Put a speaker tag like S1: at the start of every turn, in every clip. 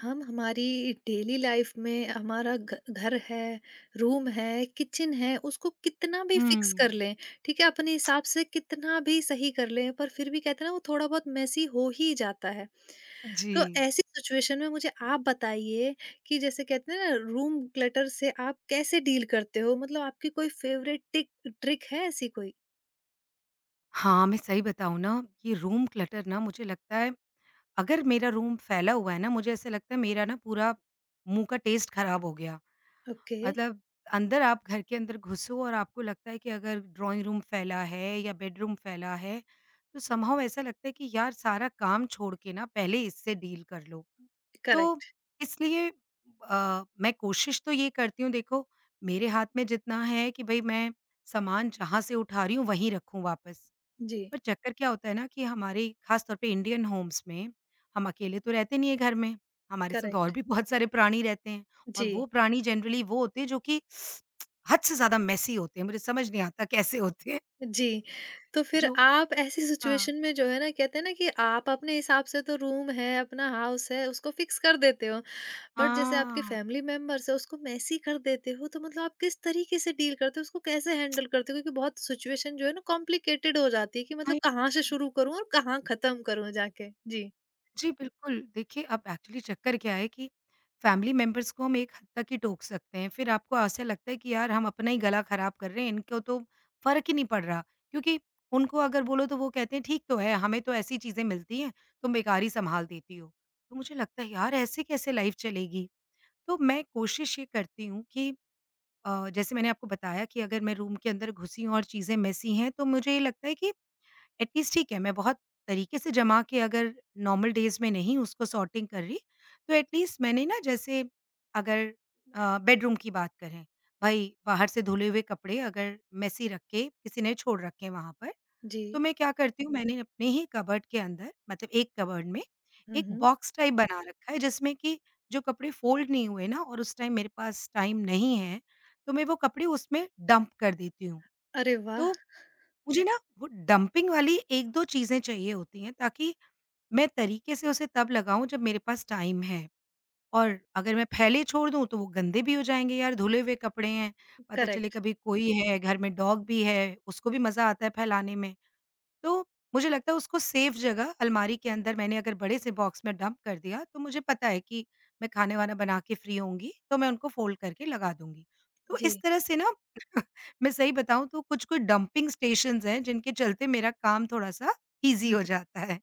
S1: हम हमारी daily life में हमारा घ घर है, रूम है, किचन है, उसको कितना भी फिक्स
S2: हुँ।
S1: कर लें, ठीक है? अपने हिसाब से कितना भी सही कर लें, पर फिर भी कहते हैं ना वो थोड़ा बहुत मेसी हो ही जाता है। तो
S2: जी।
S1: ऐसी सिचुएशन में मुझे आप बताइए कि जैसे कहते हैं ना रूम क्लटर से आप कैसे डील करते हो? मतलब आपकी कोई फेवरेट टिक ट्रिक है ऐसी कोई?
S2: हाँ, मैं सही बताऊँ ना, ये रूम क्लटर ना मुझे लगता है, अगर मेरा रूम फैला हुआ है ना, मुझे ऐसा लगता है मेरा ना पूरा मुँह का टेस्ट खराब हो गया।
S1: ओके,
S2: मतलब अंदर, आप घर के अंदर घुसो और आपको लगता है कि अगर ड्राइंग रूम फैला है या बेडरूम फैला है, तो समहाउ ऐसा लगता है कि यार सारा काम छोड़ के ना पहले इससे डील कर लो। तो
S1: करेक्ट।
S2: इसलिए मैं कोशिश तो ये करती हूँ, देखो मेरे हाथ में जितना है कि भई मैं सामान जहाँ से उठा रही हूँ वहीं रखूँ वापस।
S1: जी,
S2: पर चक्कर क्या होता है ना कि हमारे ख़ास तौर पे इंडियन होम्स में हम अकेले तो रहते नहीं है घर में, हमारे साथ और
S1: करेक्ट।
S2: भी बहुत सारे प्राणी रहते हैं। और
S1: जी।
S2: वो प्राणी जनरली वो होते हैं जो कि हद से ज़्यादा मेसी होते हैं, मुझे समझ नहीं आता कैसे होते हैं?
S1: जी, तो फिर
S2: जो
S1: आप ऐसी
S2: हाँ।
S1: सिचुएशन में जो है ना कहते हैं ना कि आप अपने हिसाब से तो रूम है, अपना हाउस है, उसको फिक्स कर देते हो। बट जैसे आपके
S2: हाँ।
S1: फैमिली मेंबर्स हैं उसको मेसी कर देते हो, तो मतलब आप किस तरीके से डील करते हो? उसको कैसे हैंडल करते हो? क्योंकि बहुत सिचुएशन जो है ना कॉम्प्लिकेटेड हो जाती है कि मतलब
S2: आई
S1: कहाँ से शुरू करूँ और कहाँ खत्म करूँ जाके? जी।
S2: जी, बिल्कुल। देखिए, अब एक्चुअली चक्कर क्या है कि फैमिली मेंबर्स को हम एक हद तक ही टोक सकते हैं। फिर आपको ऐसा लगता है कि यार हम अपना ही गला खराब कर रहे हैं, इनको तो फ़र्क ही नहीं पड़ रहा। क्योंकि उनको अगर बोलो तो वो कहते हैं ठीक तो है, हमें तो ऐसी चीज़ें मिलती हैं, तुम बेकार ही सँभाल देती हो। तो मुझे लगता है यार ऐसे कैसे लाइफ़ चलेगी? तो मैं कोशिश ये करती हूँ कि जैसे मैंने आपको बताया कि अगर मैं रूम के अंदर घुसी हूँ और चीज़ें मेसी हैं, तो मुझे ये लगता है कि एटलीस्ट ठीक है। मैं बहुत तरीके से जमा के अगर नॉर्मल डेज़ में नहीं उसको सॉर्टिंग कर रही, तो एटलीस्ट मैंने ना जैसे अगर बेडरूम की बात करें, भई बाहर से धुले हुए कपड़े अगर मेसी रख के किसी ने छोड़ रखे हैं वहाँ पर,
S1: जी।
S2: तो मैं क्या करती हूँ, मैंने अपने ही कबर्ड के अंदर, मतलब एक कबर्ड में
S1: हुँ,
S2: एक
S1: हुँ।
S2: बॉक्स टाइप बना रखा है जिसमें कि जो कपड़े फ़ोल्ड नहीं हुए ना और उस टाइम मेरे पास टाइम नहीं है, तो मैं वो कपड़े उसमें डंप कर देती हूँ।
S1: अरे वाह!
S2: तो मुझे ना वो डंपिंग वाली 1-2 चीज़ें चाहिए होती हैं, ताकि मैं तरीके से उसे तब लगाऊँ जब मेरे पास टाइम है। और अगर मैं फैले छोड़ दूँ तो वो गंदे भी हो जाएँगे यार, धुले हुए कपड़े हैं, पता चले
S1: करेक्ट।
S2: कभी कोई है घर में, डॉग भी है, उसको भी मज़ा आता है फैलाने में। तो मुझे लगता है उसको सेफ जगह अलमारी के अंदर मैंने अगर बड़े से बॉक्स में डंप कर दिया, तो मुझे पता है कि मैं खाना-वाना बना के फ्री होंगी, तो मैं उनको फ़ोल्ड करके लगा दूँगी। तो
S1: जी।
S2: इस तरह से ना मैं सही बताऊँ तो कुछ-कुछ डंपिंग स्टेशंस हैं, जिनके चलते मेरा काम थोड़ा-सा ईज़ी
S1: हुँ।
S2: हो जाता है।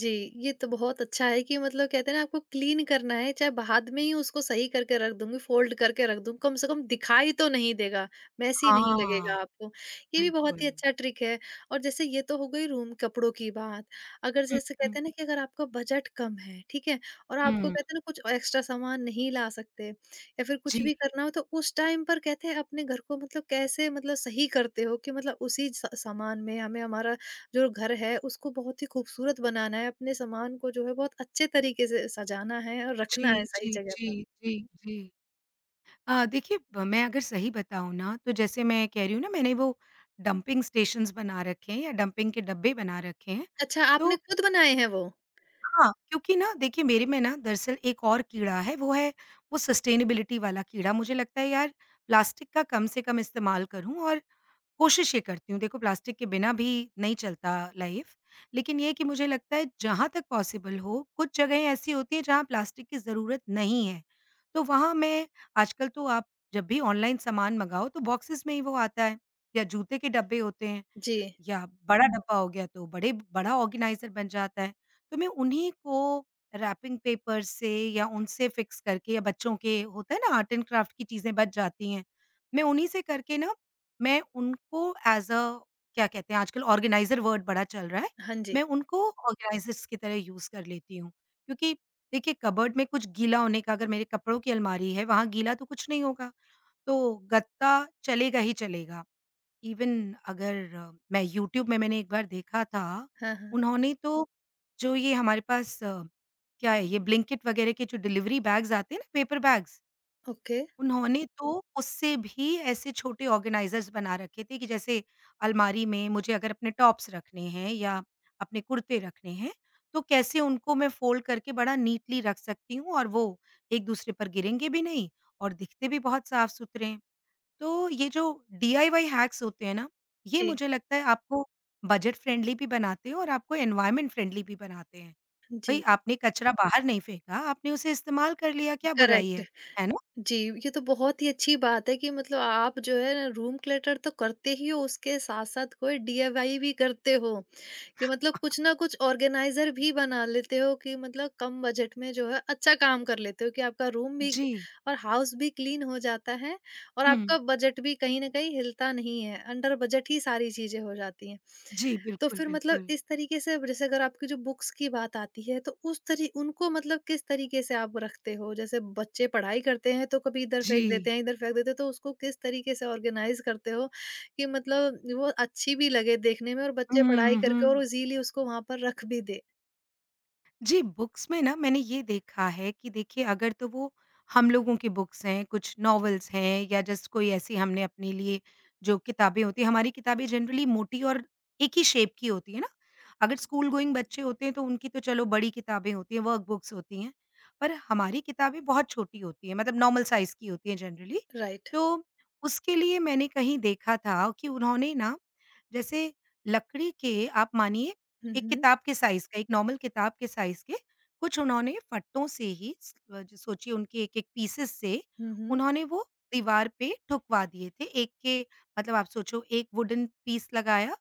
S1: जी, ये तो बहुत अच्छा है कि मतलब कहते हैं ना आपको क्लीन करना है, चाहे बाद में ही उसको सही करके रख दूँगी, फ़ोल्ड करके रख दूँ, कम से कम दिखाई तो नहीं देगा, मैसी नहीं
S2: हाँ,
S1: लगेगा आपको। ये भी बहुत
S2: बिल्कुल।
S1: ही अच्छा ट्रिक है और जैसे ये तो हो गई रूम कपड़ों की बात। अगर
S2: हुँ,
S1: जैसे
S2: हुँ,
S1: कहते हैं ना कि अगर आपका बजट कम है, ठीक है? और आपको
S2: हुँ।
S1: कहते हैं ना कुछ एक्स्ट्रा सामान नहीं ला सकते या फिर कुछ
S2: जी,
S1: भी करना हो तो उस टाइम पर कहते हैं अपने घर को मतलब कैसे मतलब सही करते हो कि मतलब उसी स सामान में हमें हमारा जो घर है उसको बहुत ही खूबसूरत बनाना है, अपने सामान को जो है बहुत अच्छे तरीके से सजाना है और
S2: जी,
S1: रखना है सही
S2: जी,
S1: जगह
S2: जी,
S1: पर।
S2: जी, जी। देखिए ब मैं अगर सही बताऊँ ना, तो जैसे मैं कह रही हूँ ना मैंने वो डंपिंग स्टेशंस बना रखे हैं या डंपिंग के डब्बे बना रखे हैं।
S1: अच्छा
S2: तो
S1: आपने खुद बनाए हैं वो?
S2: हाँ, क्योंकि ना देखिए मेरे में ना दरअसल एक और कीड़ा है वो सस्टेनेबिलिटी वाला कीड़ा। मुझे लगता है यार प्लास्टिक का कम से कम इस्तेमाल करूँ, और कोशिश ये करती हूँ, देखो प्लास्टिक के बिना भी नहीं चलता लाइफ़, लेकिन ये है कि मुझे लगता है जहाँ तक पॉसिबल हो, कुछ जगहें ऐसी होती हैं जहाँ प्लास्टिक की ज़रूरत नहीं है। तो वहाँ मैं आजकल तो आप जब भी ऑनलाइन सामान मँगाओ तो बॉक्सेस में ही वो आता है, या जूते के डब्बे होते हैं।
S1: जी।
S2: या बड़ा डब्बा हो गया तो बड़े बड़ा ऑर्गेनाइज़र बन जाता है। तो मैं उन्हीं को रैपिंग पेपर से या उनसे फ़िक्स करके, या बच्चों के होता है ना आर्ट एंड क्राफ्ट की चीज़ें बच जाती हैं, मैं उन्हीं से करके ना मैं उनको एज़ अ, क्या कहते हैं आजकल ऑर्गेनाइज़र वर्ड बड़ा चल रहा है,
S1: हाँ जी।
S2: मैं उनको ऑर्गेनाइज़र्स की तरह यूज़ कर लेती हूँ। क्योंकि देखिए कबर्ड में कुछ गीला होने का, अगर मेरे कपड़ों की अलमारी है, वहाँ गीला तो कुछ नहीं होगा। तो गत्ता चलेगा ही चलेगा। इवन अगर मैं यूट्यूब में मैंने एक बार देखा था,
S1: हाँ, हाँ।
S2: उन्होंने तो जो ये हमारे पास क्या है ये ब्लिंकिट वगैरह के जो डिलीवरी बैग्स आते हैं ना, पेपर बैग्स,
S1: ओके।
S2: उन्होंने तो उससे भी ऐसे छोटे ऑर्गेनाइज़र्स बना रखे थे कि जैसे अलमारी में मुझे अगर अपने टॉप्स रखने हैं या अपने कुर्ते रखने हैं, तो कैसे उनको मैं फ़ोल्ड करके बड़ा नीटली रख सकती हूँ और वो एक-दूसरे पर गिरेंगे भी नहीं और दिखते भी बहुत साफ-सुथरे हैं। तो ये जो डीआईवाई हैक्स होते हैं ना, ये
S1: जी।
S2: मुझे लगता है आपको बजट फ्रेंडली भी बनाते हैं और आपको एनवायरनमेंट फ्रेंडली भी बनाते हैं। भई
S1: जी।
S2: आपने कचरा बाहर नहीं फेंका, आपने उसे इस्तेमाल कर लिया, क्या बुराई
S1: करेक्ट।
S2: है ना?
S1: जी, ये तो बहुत ही अच्छी बात है कि मतलब आप जो है ना रूम क्लटर तो करते ही हो उसके साथ-साथ कोई डीआईवाई भी करते हो। कि मतलब कुछ ना कुछ ऑर्गेनाइजर भी बना लेते हो कि मतलब कम बजट में जो है अच्छा काम कर लेते हो कि आपका रूम भी
S2: जी।
S1: और हाउस भी क्लीन हो जाता है और
S2: हुँ।
S1: आपका बजट भी कहीं ना कहीं हिलता नहीं है अंडर बजट ही सारी चीजें हो जाती हैं।
S2: जी,
S1: तो
S2: बिल्कुल,
S1: फिर मतलब
S2: बिल्कुल।
S1: इस तरीके से जैसे अगर आपकी जो बुक्स की बात आती है तो उस तरी उनको मतलब किस तरीके से आप रखते हो जैसे बच्चे पढ़ाई करते हैं तो कभी इधर फेंक
S2: जी।
S1: देते हैं इधर फेंक देते हैं तो उसको किस तरीके से ऑर्गेनाइज करते हो कि मतलब वो अच्छी भी लगे देखने में और
S2: हुँ,
S1: बच्चे पढ़ाई
S2: हुँ,
S1: करके
S2: हुँ।
S1: और इजीली उसको वहाँ पर रख भी दे।
S2: जी, बुक्स में ना मैंने ये देखा है कि देखिए, अगर तो वो हम लोगों की बुक्स हैं, कुछ नॉवेल्स हैं या जस्ट कोई ऐसी हमने अपने लिए, जो किताबें होती हैं हमारी, किताबें जनरली मोटी और एक ही शेप की होती है ना। अगर स्कूल गोइंग बच्चे होते हैं तो उनकी तो चलो बड़ी किताबें होती हैं, वर्क बुक्स होती हैं। पर हमारी किताबें बहुत छोटी होती हैं, मतलब नॉर्मल साइज़ की होती हैं जनरली।
S1: राइट।
S2: तो उसके लिए मैंने कहीं देखा था कि उन्होंने ना जैसे लकड़ी के, आप मानिए
S1: हुँ,
S2: एक
S1: हुँ।
S2: किताब के साइज़ का, एक नॉर्मल किताब के साइज़ के कुछ उन्होंने फट्टों से ही स अ, ज सोचिए उनके एक-एक पीसेस से
S1: हुँ, हुँ।
S2: उन्होंने वो दीवार पे ठुकवा दिए थे। एक के, मतलब आप सोचो एक वुडन पीस लगाया,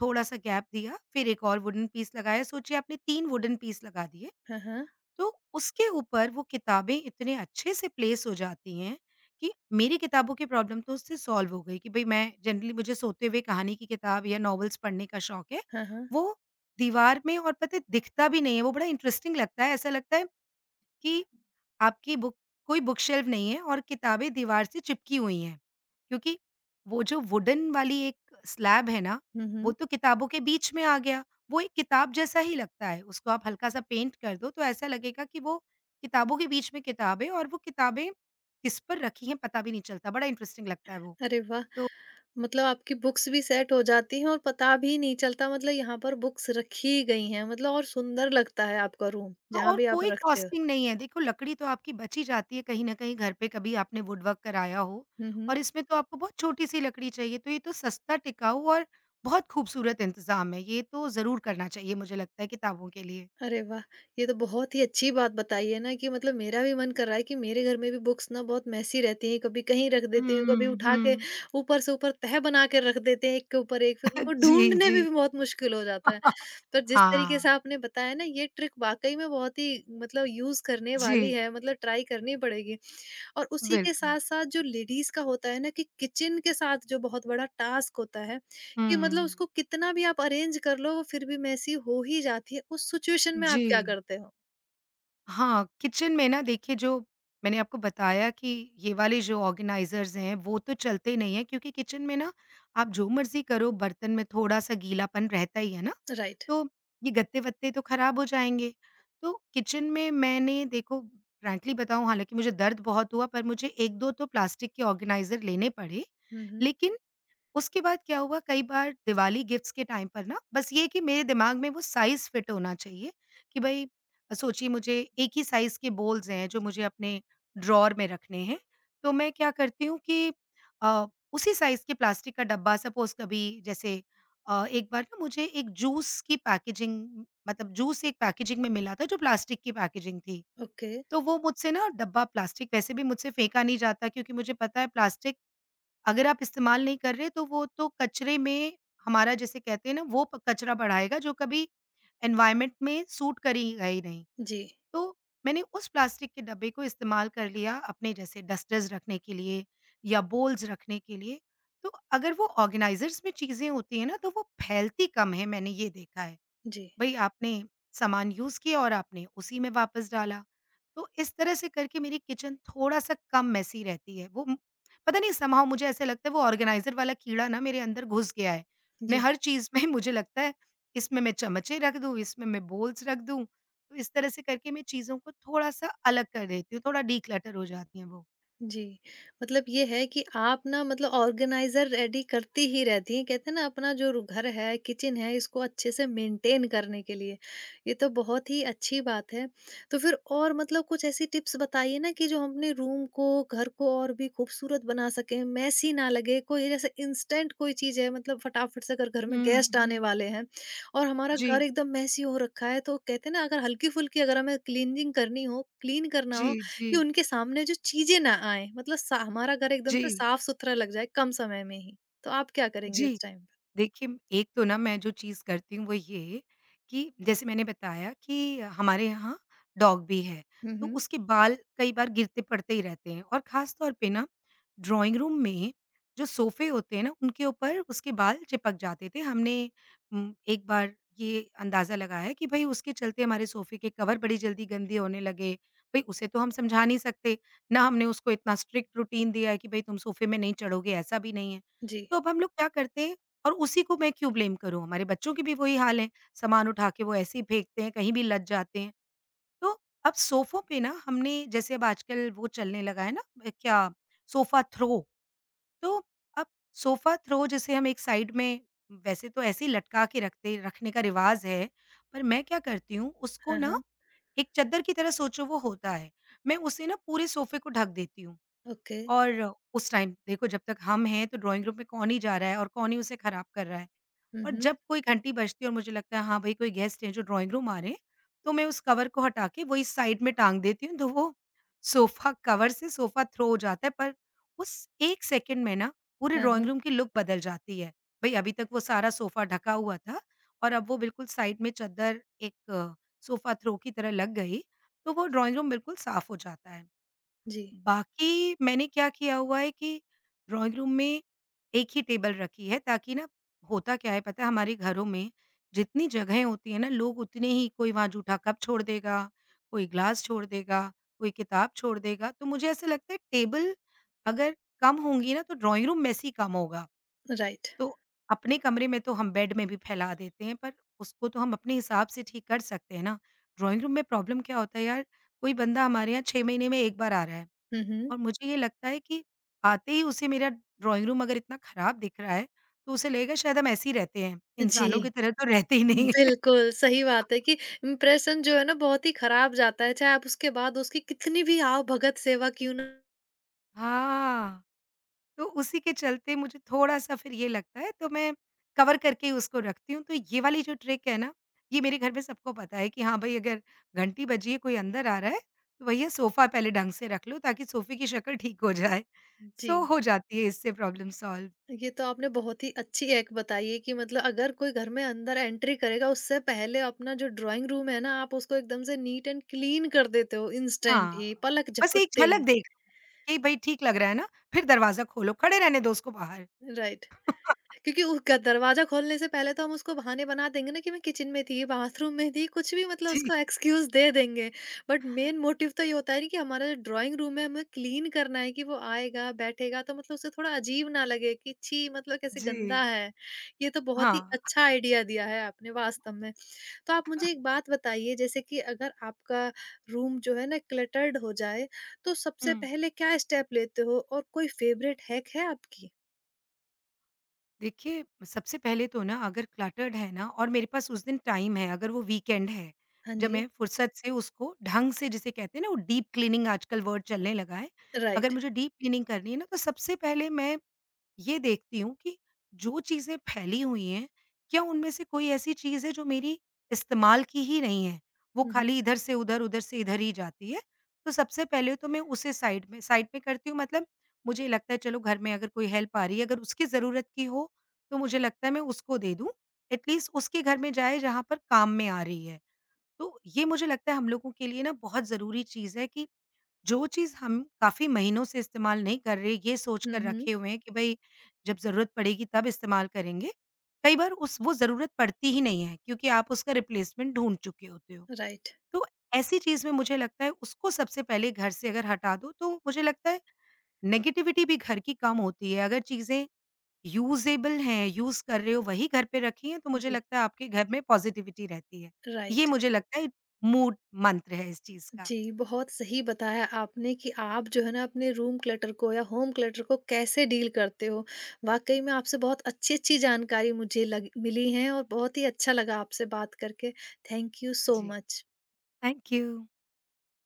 S2: थोड़ा-सा गैप दिया, फिर एक और वुडन पीस लगाया, सोचिए आपने 3 वुडन पीस लगा दिए।
S1: हाँ, हाँ।
S2: तो उसके ऊपर वो किताबें इतने अच्छे से प्लेस हो जाती हैं कि मेरी किताबों की प्रॉब्लम तो उससे सॉल्व हो गई कि भई मैं जनरली, मुझे सोते हुए कहानी की किताब या नॉवेल्स पढ़ने का शौक है।
S1: हाँ, हाँ।
S2: वो दीवार में, और पता है दिखता भी नहीं है, वो बड़ा इंटरेस्टिंग लगता है, ऐसा लगता है कि आपकी बुक, कोई बुक शेल्फ नहीं है और किताबें दीवार से चिपकी हुई हैं। क्योंकि वो जो वुडन वाली एक स्लैब है ना,
S1: हुँ,
S2: वो
S1: हुँ।
S2: तो किताबों के बीच में आ गया। वो एक किताब जैसा ही लगता है। उसको आप हल्का-सा पेंट कर दो तो ऐसा लगेगा कि वो किताबों के बीच में किताब है, और वो किताबें किस पर रखी हैं पता भी नहीं चलता। बड़ा इंटरेस्टिंग लगता है वो।
S1: अरे वाह!
S2: तो
S1: मतलब आपकी बुक्स भी सेट हो जाती हैं और पता भी नहीं चलता मतलब यहाँ पर बुक्स रखी गई हैं मतलब और सुंदर लगता है आपका रूम,
S2: हाँ,
S1: जहाँ
S2: और
S1: भी आप
S2: कोई
S1: रखते हो।
S2: कॉस्टिंग नहीं है। देखो लकड़ी तो आपकी बच ही जाती है कहीं न कहीं घर पे, कभी आपने वुडवर्क कराया हो,
S1: हुँ,
S2: और
S1: हुँ।
S2: इसमें तो आपको बहुत छोटी-सी लकड़ी चाहिए, तो ये तो सस्ता, टिकाऊ और बहुत खूबसूरत इंतज़ाम है। ये तो ज़रूर करना चाहिए मुझे लगता है किताबों के लिए।
S1: अरे वाह! ये तो बहुत ही अच्छी बात बताई है ना कि मतलब मेरा भी मन कर रहा है कि मेरे घर में भी बुक्स ना बहुत मेसी रहती हैं, कभी कहीं रख देती हूँ,
S2: हुँ,
S1: कभी उठा के
S2: हुँ।
S1: ऊपर से ऊपर तह बना के रख देते हैं एक के ऊपर एक, फिर उनको
S2: जी,
S1: ढूँढने में
S2: जी।
S1: भी बहुत मुश्किल हो जाता है। पर जिस तरीके
S2: हाँ।
S1: से आपने बताया ना ये ट्रिक वाक़ई में बहुत ही मतलब यूज़ करने वाली
S2: जी,
S1: है, मतलब ट्राई करनी पड़ेगी। और उसी के
S2: बिल्कुल।
S1: साथ-साथ जो लेडीज़ का होता है ना कि किचन के साथ जो बहुत बड़ा टास्क होता है,
S2: हुँ।
S1: कि मतलब उसको कितना भी आप अरेंज कर लो वो फिर भी मेसी हो ही जाती है, उस सिचुएशन में
S2: जी।
S1: आप क्या करते हो?
S2: हाँ, किचन में ना देखिए, जो मैंने आपको बताया कि ये वाले जो ऑर्गेनाइज़र्स हैं वो तो चलते नहीं हैं, क्योंकि किचन में ना आप जो मर्ज़ी करो बर्तन में थोड़ा-सा गीलापन रहता ही है ना,
S1: राइट।
S2: तो ये गत्ते-वत्ते तो ख़राब हो जाएँगे। तो किचन में मैंने, देखो फ्रैंकली बताऊँ, हालाँकि मुझे दर्द बहुत हुआ पर मुझे 1-2 तो प्लास्टिक के ऑर्गेनाइज़र लेने पड़े।
S1: हुँ, हुँ।
S2: लेकिन उसके बाद क्या हुआ, कई बार दिवाली गिफ्ट्स के टाइम पर ना बस ये है कि मेरे दिमाग में वो साइज़ फिट होना चाहिए कि भई सोचिए मुझे एक ही साइज़ के बॉल्स हैं जो मुझे अपने ड्रॉअर में रखने हैं। तो मैं क्या करती हूँ कि अ, उसी साइज़ के प्लास्टिक का डब्बा सपोज़, कभी जैसे एक बार ना मुझे एक जूस की पैकेजिंग, मतलब जूस एक पैकेजिंग में मिला था जो प्लास्टिक की पैकेजिंग थी।
S1: ओके।
S2: तो वो मुझसे ना, डब्बा प्लास्टिक वैसे भी मुझसे फेंका नहीं जाता, क्योंकि मुझे पता है प्लास्टिक अगर आप इस्तेमाल नहीं कर रहे, तो वो तो कचरे में, हमारा जिसे कहते हैं ना, वो प कचरा बढ़ाएगा जो कभी एनवायरनमेंट में सूट करेगा ही नहीं।
S1: जी,
S2: तो मैंने उस प्लास्टिक के डब्बे को इस्तेमाल कर लिया अपने जैसे डस्टर्स रखने के लिए या बोल्स रखने के लिए। तो अगर वो ऑर्गेनाइज़र्स में चीज़ें होती हैं ना, तो वो फैलती कम है, मैंने ये देखा है।
S1: जी,
S2: भई आपने सामान यूज़ किया और आपने उसी में वापस डाला। तो इस तरह से करके मेरी किचन थोड़ा-सा कम मेसी रहती है। पता नहीं समहाउ मुझे ऐसा लगता है वो ऑर्गनाइज़र वाला कीड़ा ना मेरे अंदर घुस गया है। मैं
S1: जी।
S2: हर चीज़ में मुझे लगता है इसमें मैं चमचे रख दूँ, इसमें मैं बोल्स रख दूँ। तो इस तरह से करके मैं चीज़ों को थोड़ा-सा अलग कर देती हूँ, थोड़ा डिक्लटर हो जाती हैं वो।
S1: जी, मतलब ये है कि आप ना मतलब ऑर्गेनाइज़र रेडी करती ही रहती हैं, कहते हैं ना अपना जो रु घर है, किचन है, इसको अच्छे से मेंटेन करने के लिए। ये तो बहुत ही अच्छी बात है। तो फिर और मतलब कुछ ऐसी टिप्स बताइए ना कि जो हम अपने रूम को, घर को और भी खूबसूरत बना सकें, मेसी ना लगे, कोई जैसे इंस्टेंट कोई चीज़ है मतलब फटाफट से अगर घर में
S2: हुँ,
S1: गेस्ट आने
S2: हुँ।
S1: वाले हैं और हमारा
S2: जी,
S1: घर एकदम मेसी हो रखा है, तो कहते हैं ना अगर हल्की-फुल्की अगर हमें क्लीनिंग करनी हो, क्लीन करना हो
S2: जी,
S1: कि
S2: जी,
S1: उनके सामने जो चीज़ें ना आएँ, मतलब सा हमारा घर एकदम से
S2: जी,
S1: साफ-सुथरा लग जाए कम समय में ही। तो आप क्या करेंगे
S2: जी।
S1: इस टाइम पे?
S2: देखिए, एक तो ना मैं जो चीज़ करती हूँ वो ये कि जैसे मैंने बताया कि हमारे यहाँ डॉग भी है,
S1: हुँ,
S2: तो
S1: हुँ।
S2: उसके बाल कई बार गिरते-पड़ते ही रहते हैं और ख़ास तौर पे ना ड्राइंग रूम में जो सोफ़े होते हैं ना, उनके ऊपर उसके बाल चिपक जाते थे। हमने एक बार ये अंदाज़ा लगाया कि भई उसके चलते हमारे सोफ़े के कवर बड़ी जल्दी गंदे होने लगे। भई उसे तो हम समझा नहीं सकते, ना हमने उसको इतना स्ट्रिक्ट रूटीन दिया है कि भई तुम सोफ़े में नहीं चढ़ोगे, ऐसा भी नहीं है।
S1: जी।
S2: तो अब हम लोग क्या करते हैं, और उसी को मैं क्यों ब्लेम करूँ? हमारे बच्चों की भी वही हाल है, सामान उठा के वो ऐसे ही फेंकते हैं, कहीं भी लद जाते हैं। तो अब सोफ़ों पे ना हमने जैसे अब आजकल वो चलने लगा है ना क्या सोफ़ा थ्रो। तो अब सोफ़ा थ्रो जैसे हम एक साइड में वैसे तो ऐसे ही लटका के रखते रखने का रिवाज़ है, पर मैं क्या करती हूँ उसको
S1: हाँ,
S2: ना
S1: हाँ।
S2: एक चद्दर की तरह सोचो वो होता है, मैं उसे ना पूरे सोफ़े को ढक देती हूँ।
S1: ओके।
S2: और उस टाइम देखो, जब तक हम हैं तो ड्राइंग रूम में कौन ही जा रहा है और कौन ही उसे खराब कर रहा है।
S1: हुँ,
S2: और
S1: हुँ।
S2: जब कोई घंटी बजती है और मुझे लगता है हाँ भाई कोई गेस्ट है जो ड्राइंग रूम आ रहे हैं, तो मैं उस कवर को हटा के वही साइड में टाँग देती हूँ, तो वो सोफ़ा कवर से सोफ़ा थ्रो हो जाता है। पर उस 1 सेकंड में ना पूरे
S1: हाँ,
S2: ड्राइंग
S1: हाँ।
S2: रूम की लुक बदल जाती है। भई अभी तक वो सारा सोफ़ा ढका हुआ था, और अब वो बिल्कुल साइड में चद्दर एक सोफ़ा थ्रो की तरह लग गई, तो वो ड्राइंग रूम बिल्कुल साफ़ हो जाता है।
S1: जी,
S2: बाकी मैंने क्या किया हुआ है कि ड्राइंग रूम में एक ही टेबल रखी है, ताकि ना, होता क्या है पता है, हमारे घरों में जितनी जगहें होती है ना, लोग उतने ही, कोई वहाँ जूठा कप छोड़ देगा, कोई ग्लास छोड़ देगा, कोई किताब छोड़ देगा। तो मुझे ऐसा लगता है टेबल अगर कम होंगी ना, तो ड्राइंग रूम मेसी कम होगा।
S1: राइट।
S2: तो अपने कमरे में तो हम बेड में भी फैला देते हैं, पर उसको तो हम अपने हिसाब से ठीक कर सकते हैं ना। ड्राइंग रूम में प्रॉब्लम क्या होता है यार, कोई बंदा हमारे यहाँ 6 महीने में 1 बार आ रहा है।
S1: हुँ, हुँ।
S2: और मुझे ये लगता है कि आते ही उसे मेरा ड्राइंग रूम अगर इतना खराब दिख रहा है, तो उसे लगेगा शायद हम ऐसे ही रहते हैं,
S1: जी,
S2: इंसानों की तरह तो रहते ही नहीं हैं।
S1: बिल्कुल, सही बात है कि इम्प्रेशन जो है ना बहुत ही खराब जाता है, चाहे आप उसके बाद उसकी कितनी भी आओ भगत सेवा क्यों ना।
S2: हाँ। तो उसी के चलते मुझे थोड़ा-सा फिर ये लगता है, तो मैं कवर करके ही उसको रखती हूँ। तो ये वाली जो ट्रिक है ना, ये मेरे घर में सबको पता है कि हाँ भई, अगर घंटी बजी है, कोई अंदर आ रहा है, तो भैया सोफ़ा पहले ढंग से रख लो, ताकि सोफ़े की शक्ल ठीक हो जाए।
S1: जी।
S2: सो हो जाती है इससे प्रॉब्लम सॉल्व।
S1: ये तो आपने बहुत ही अच्छी एक बताई है कि मतलब अगर कोई घर में अंदर एंट्री करेगा उससे पहले अपना जो ड्राइंग रूम है ना आप उसको एकदम से नीट एंड क्लीन कर देते हो इंस्टेंट
S2: हाँ,
S1: ही पलक
S2: बस एक
S1: झपकते
S2: झलक
S1: ही।
S2: देख कि भई ठीक लग रहा है ना, फिर दरवाज़ा खोलो, खड़े रहने दो उसको बाहर।
S1: राइट। क्योंकि उसका दरवाज़ा खोलने से पहले तो हम उसको बहाने बना देंगे ना कि मैं किचन में थी, बाथरूम में थी, कुछ भी मतलब
S2: जी,
S1: उसको एक्सक्यूज़ दे देंगे। बट मेन मोटिव तो ये होता है ना कि हमारा जो ड्राइंग रूम है, हमें क्लीन करना है कि वो आएगा, बैठेगा तो मतलब उसे थोड़ा अजीब ना लगे कि छी! मतलब कैसे गंदा
S2: जी,
S1: है। ये तो बहुत ही
S2: हाँ।
S1: अच्छा आइडिया दिया है आपने वास्तव में। तो आप मुझे एक बात बताइए जैसे कि अगर आपका रूम जो है ना क्लटर्ड हो जाए, तो
S2: हुँ।
S1: सबसे पहले क्या स्टेप लेते हो और कोई फ़ेवरेट हैक है आपकी?
S2: देखिए, सबसे पहले तो ना, अगर क्लटर्ड है ना और मेरे पास उस दिन टाइम है, अगर वो वीकेंड है,
S1: हाँ
S2: जब मैं
S1: जी।
S2: फुर्सत से उसको ढंग से, जिसे कहते हैं ना, वो डीप क्लीनिंग आजकल वर्ड चलने लगा है, अगर
S1: राइट।
S2: मुझे डीप क्लीनिंग करनी है ना, तो सबसे पहले मैं ये देखती हूँ कि जो चीज़ें फैली हुई हैं, क्या उनमें से कोई ऐसी चीज़ है जो मेरी इस्तेमाल की ही नहीं है। वो
S1: हुँ, हुँ।
S2: खाली इधर से उधर, उधर से इधर ही जाती है। तो सबसे पहले तो मैं उसे साइड में करती हूँ, मतलब मुझे लगता है चलो, घर में अगर कोई हेल्प आ रही है, अगर उसकी ज़रूरत की हो, तो मुझे लगता है मैं उसको दे दूँ। एटलीस्ट उसके घर में जाए जहाँ पर काम में आ रही है। तो ये मुझे लगता है हम लोगों के लिए ना बहुत ज़रूरी चीज़ है कि जो चीज़ हम काफ़ी महीनों से इस्तेमाल नहीं कर रहे, ये सोच
S1: हुँ,
S2: कर
S1: हुँ।
S2: रखे हुए हैं कि भई जब ज़रूरत पड़ेगी तब इस्तेमाल करेंगे। कई बार उस वो ज़रूरत पड़ती ही नहीं है, क्योंकि आप उसका रिप्लेसमेंट ढूँढ चुके होते हो।
S1: राइट।
S2: तो ऐसी चीज़ में मुझे लगता है उसको सबसे पहले घर से अगर हटा दो, तो मुझे लगता है नेगेटिविटी भी घर की कम होती है। अगर चीज़ें यूज़ेबल हैं, यूज़ कर रहे हो, वही घर पे रखी हैं, तो मुझे
S1: जी,
S2: लगता है आपके घर में पॉज़िटिविटी रहती है। ये
S1: राइट।
S2: मुझे लगता है मूल मंत्र है इस चीज़ का।
S1: जी, बहुत सही बताया आपने कि आप जो है ना अपने रूम क्लटर को या होम क्लटर को कैसे डील करते हो। वाक़ई में आपसे बहुत अच्छी-अच्छी जानकारी मुझे लग मिली है और बहुत ही अच्छा लगा आपसे बात करके। थैंक यू सो
S2: जी,
S1: मच।
S2: Thank you.